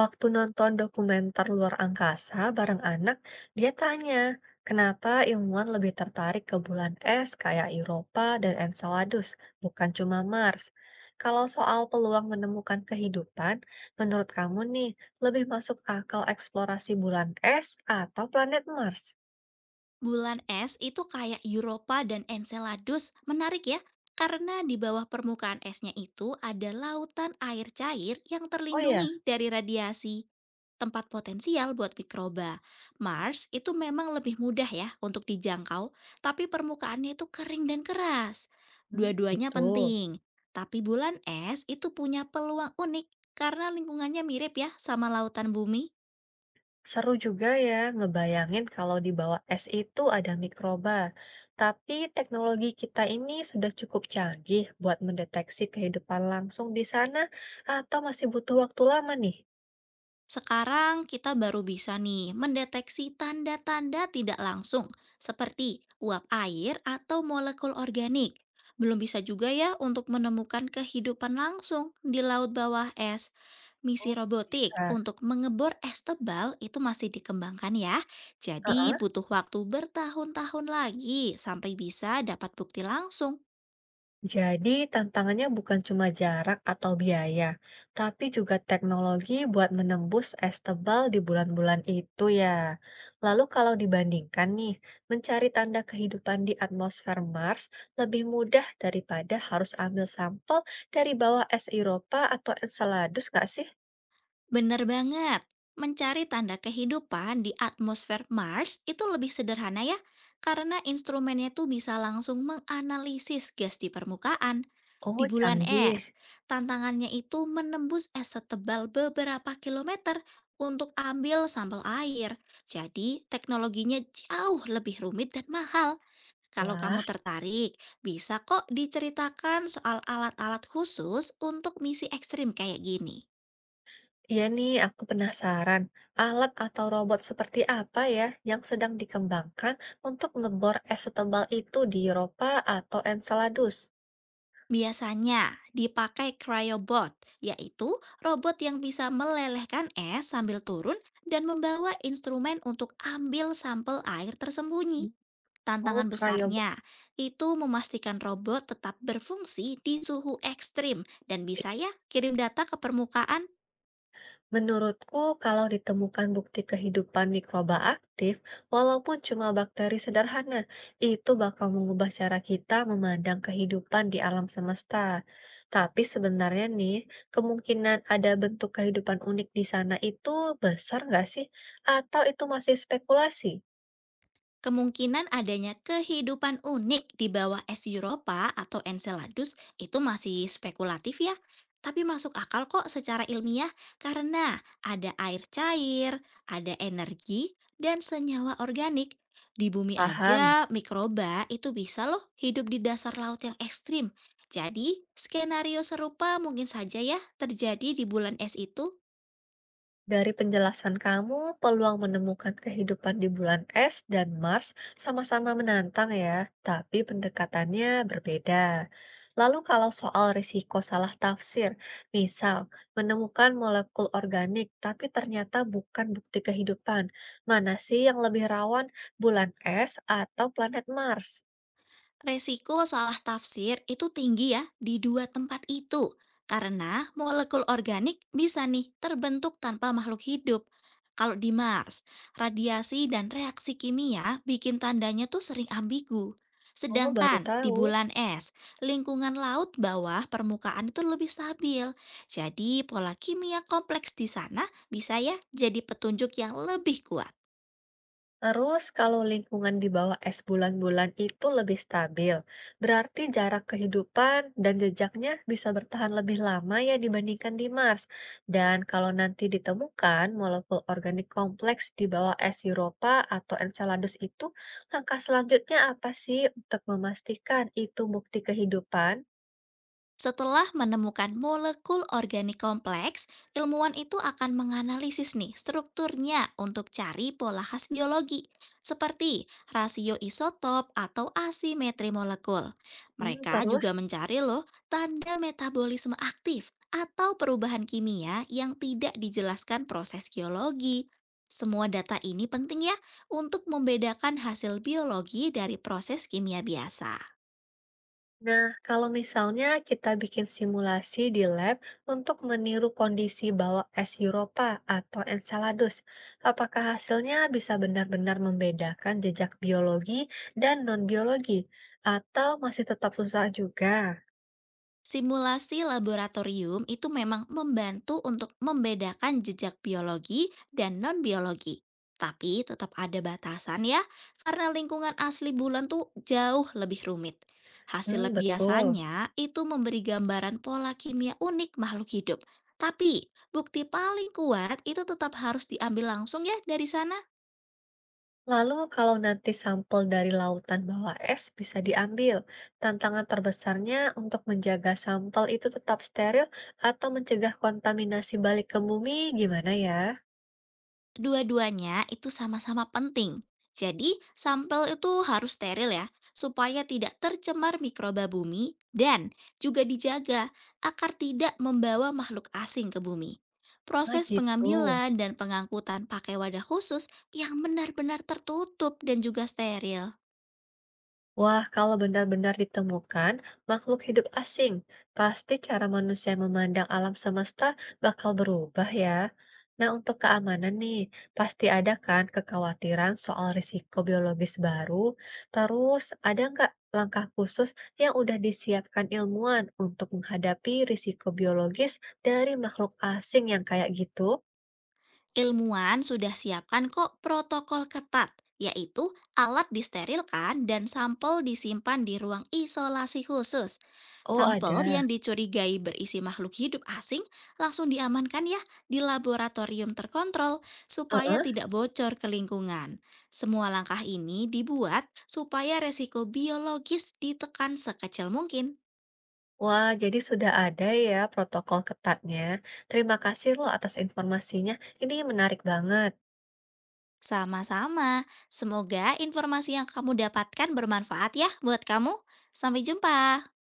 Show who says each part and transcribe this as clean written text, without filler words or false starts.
Speaker 1: Waktu nonton dokumenter luar angkasa bareng anak, dia tanya, kenapa ilmuwan lebih tertarik ke bulan es kayak Europa dan Enceladus, bukan cuma Mars? Kalau soal peluang menemukan kehidupan, menurut kamu nih, lebih masuk akal eksplorasi bulan es atau planet Mars?
Speaker 2: Bulan es itu kayak Europa dan Enceladus menarik ya, karena di bawah permukaan esnya itu ada lautan air cair yang
Speaker 1: Oh ya.
Speaker 2: terlindungi dari radiasi, tempat potensial buat mikroba. Mars itu memang lebih mudah ya untuk dijangkau, tapi permukaannya itu kering dan keras.
Speaker 1: Hmm,
Speaker 2: Dua-duanya
Speaker 1: gitu.
Speaker 2: penting, tapi bulan es itu punya peluang unik karena lingkungannya mirip ya sama lautan bumi.
Speaker 1: Seru juga ya ngebayangin kalau di bawah es itu ada mikroba. Tapi teknologi kita ini sudah cukup canggih buat mendeteksi kehidupan langsung di sana atau masih butuh waktu lama nih?
Speaker 2: Sekarang kita baru bisa nih mendeteksi tanda-tanda tidak langsung seperti uap air atau molekul organik. Belum bisa juga ya untuk menemukan kehidupan langsung di laut bawah es. Misi
Speaker 1: Oh,
Speaker 2: robotik
Speaker 1: bisa.
Speaker 2: untuk mengebor es tebal itu masih dikembangkan ya. Jadi
Speaker 1: Heeh.
Speaker 2: butuh waktu bertahun-tahun lagi sampai bisa dapat bukti langsung.
Speaker 1: Jadi, tantangannya bukan cuma jarak atau biaya, tapi juga teknologi buat menembus es tebal di bulan-bulan itu ya. Lalu kalau dibandingkan nih, mencari tanda kehidupan di atmosfer Mars lebih mudah daripada harus ambil sampel dari bawah es Eropa atau Enceladus nggak sih?
Speaker 2: Bener banget. Mencari tanda kehidupan di atmosfer Mars itu lebih sederhana ya, karena instrumennya tuh bisa langsung menganalisis gas di permukaan.
Speaker 1: Oh,
Speaker 2: Di bulan
Speaker 1: canggih.
Speaker 2: es, tantangannya itu menembus es setebal beberapa kilometer untuk ambil sampel air. Jadi, teknologinya jauh lebih rumit dan mahal. Kalau kamu
Speaker 1: Wah.
Speaker 2: tertarik, bisa kok diceritakan soal alat-alat khusus untuk misi ekstrim kayak gini.
Speaker 1: Iya nih, aku penasaran. Alat atau robot seperti apa ya yang sedang dikembangkan untuk ngebor es setebal itu di Eropa atau Enceladus?
Speaker 2: Biasanya dipakai cryobot, yaitu robot yang bisa melelehkan es sambil turun dan membawa instrumen untuk ambil sampel air tersembunyi.
Speaker 1: Hmm. Oh,
Speaker 2: Tantangan
Speaker 1: cryobot.
Speaker 2: besarnya itu memastikan robot tetap berfungsi di suhu ekstrim dan bisa ya kirim data ke permukaan.
Speaker 1: Menurutku, kalau ditemukan bukti kehidupan mikroba aktif, walaupun cuma bakteri sederhana, itu bakal mengubah cara kita memandang kehidupan di alam semesta. Tapi sebenarnya nih, kemungkinan ada bentuk kehidupan unik di sana itu besar nggak sih? Atau itu masih spekulasi?
Speaker 2: Kemungkinan adanya kehidupan unik di bawah es Europa atau Enceladus itu masih spekulatif ya, tapi masuk akal kok secara ilmiah karena ada air cair, ada energi, dan senyawa organik. Di bumi
Speaker 1: Paham?
Speaker 2: aja, mikroba itu bisa loh hidup di dasar laut yang ekstrim. Jadi, skenario serupa mungkin saja ya terjadi di bulan es itu.
Speaker 1: Dari penjelasan kamu, peluang menemukan kehidupan di bulan es dan Mars sama-sama menantang ya, tapi pendekatannya berbeda. Lalu kalau soal risiko salah tafsir, misal menemukan molekul organik tapi ternyata bukan bukti kehidupan, mana sih yang lebih rawan, bulan es atau planet Mars?
Speaker 2: Resiko salah tafsir itu tinggi ya di dua tempat itu, karena molekul organik bisa nih terbentuk tanpa makhluk hidup. Kalau di Mars, radiasi dan reaksi kimia bikin tandanya tuh sering ambigu.
Speaker 1: Oh, baru
Speaker 2: Sedangkan di
Speaker 1: tahu.
Speaker 2: bulan es, lingkungan laut bawah permukaan itu lebih stabil. Jadi pola kimia kompleks di sana bisa ya jadi petunjuk yang lebih kuat.
Speaker 1: Terus kalau lingkungan di bawah es bulan-bulan itu lebih stabil, berarti jarak kehidupan dan jejaknya bisa bertahan lebih lama ya dibandingkan di Mars. Dan kalau nanti ditemukan molekul organik kompleks di bawah es Europa atau Enceladus itu, langkah selanjutnya apa sih untuk memastikan itu bukti kehidupan?
Speaker 2: Setelah menemukan molekul organik kompleks, ilmuwan itu akan menganalisis nih strukturnya untuk cari pola khas biologi, seperti rasio isotop atau asimetri molekul.
Speaker 1: Hmm,
Speaker 2: Mereka
Speaker 1: terus?
Speaker 2: juga mencari loh tanda metabolisme aktif atau perubahan kimia yang tidak dijelaskan proses geologi. Semua data ini penting ya untuk membedakan hasil biologi dari proses kimia biasa.
Speaker 1: Nah, kalau misalnya kita bikin simulasi di lab untuk meniru kondisi bawah es Europa atau Enceladus, apakah hasilnya bisa benar-benar membedakan jejak biologi dan non-biologi, atau masih tetap susah juga?
Speaker 2: Simulasi laboratorium itu memang membantu untuk membedakan jejak biologi dan non-biologi. Tapi tetap ada batasan ya, karena lingkungan asli bulan tuh jauh lebih rumit. Hasil
Speaker 1: Hmm,
Speaker 2: lab
Speaker 1: betul.
Speaker 2: biasanya itu memberi gambaran pola kimia unik makhluk hidup. Tapi bukti paling kuat itu tetap harus diambil langsung ya dari sana.
Speaker 1: Lalu kalau nanti sampel dari lautan bawah es bisa diambil, tantangan terbesarnya untuk menjaga sampel itu tetap steril atau mencegah kontaminasi balik ke bumi gimana ya?
Speaker 2: Dua-duanya itu sama-sama penting. Jadi, sampel itu harus steril ya, supaya tidak tercemar mikroba bumi dan juga dijaga agar tidak membawa makhluk asing ke bumi.
Speaker 1: Ah,
Speaker 2: Proses
Speaker 1: gitu.
Speaker 2: pengambilan dan pengangkutan pakai wadah khusus yang benar-benar tertutup dan juga steril.
Speaker 1: Wah, kalau benar-benar ditemukan makhluk hidup asing, pasti cara manusia memandang alam semesta bakal berubah ya. Nah, untuk keamanan nih, pasti ada kan kekhawatiran soal risiko biologis baru. Terus, ada nggak langkah khusus yang udah disiapkan ilmuwan untuk menghadapi risiko biologis dari makhluk asing yang kayak gitu?
Speaker 2: Ilmuwan sudah siapkan kok protokol ketat, yaitu alat disterilkan dan sampel disimpan di ruang isolasi khusus.
Speaker 1: Oh,
Speaker 2: Sampel
Speaker 1: ada.
Speaker 2: yang dicurigai berisi makhluk hidup asing langsung diamankan ya di laboratorium terkontrol supaya
Speaker 1: Heeh.
Speaker 2: tidak bocor ke lingkungan. Semua langkah ini dibuat supaya resiko biologis ditekan sekecil mungkin.
Speaker 1: Wah, jadi sudah ada ya protokol ketatnya. Terima kasih loh atas informasinya. Ini menarik banget.
Speaker 2: Sama-sama, semoga informasi yang kamu dapatkan bermanfaat ya buat kamu. Sampai jumpa.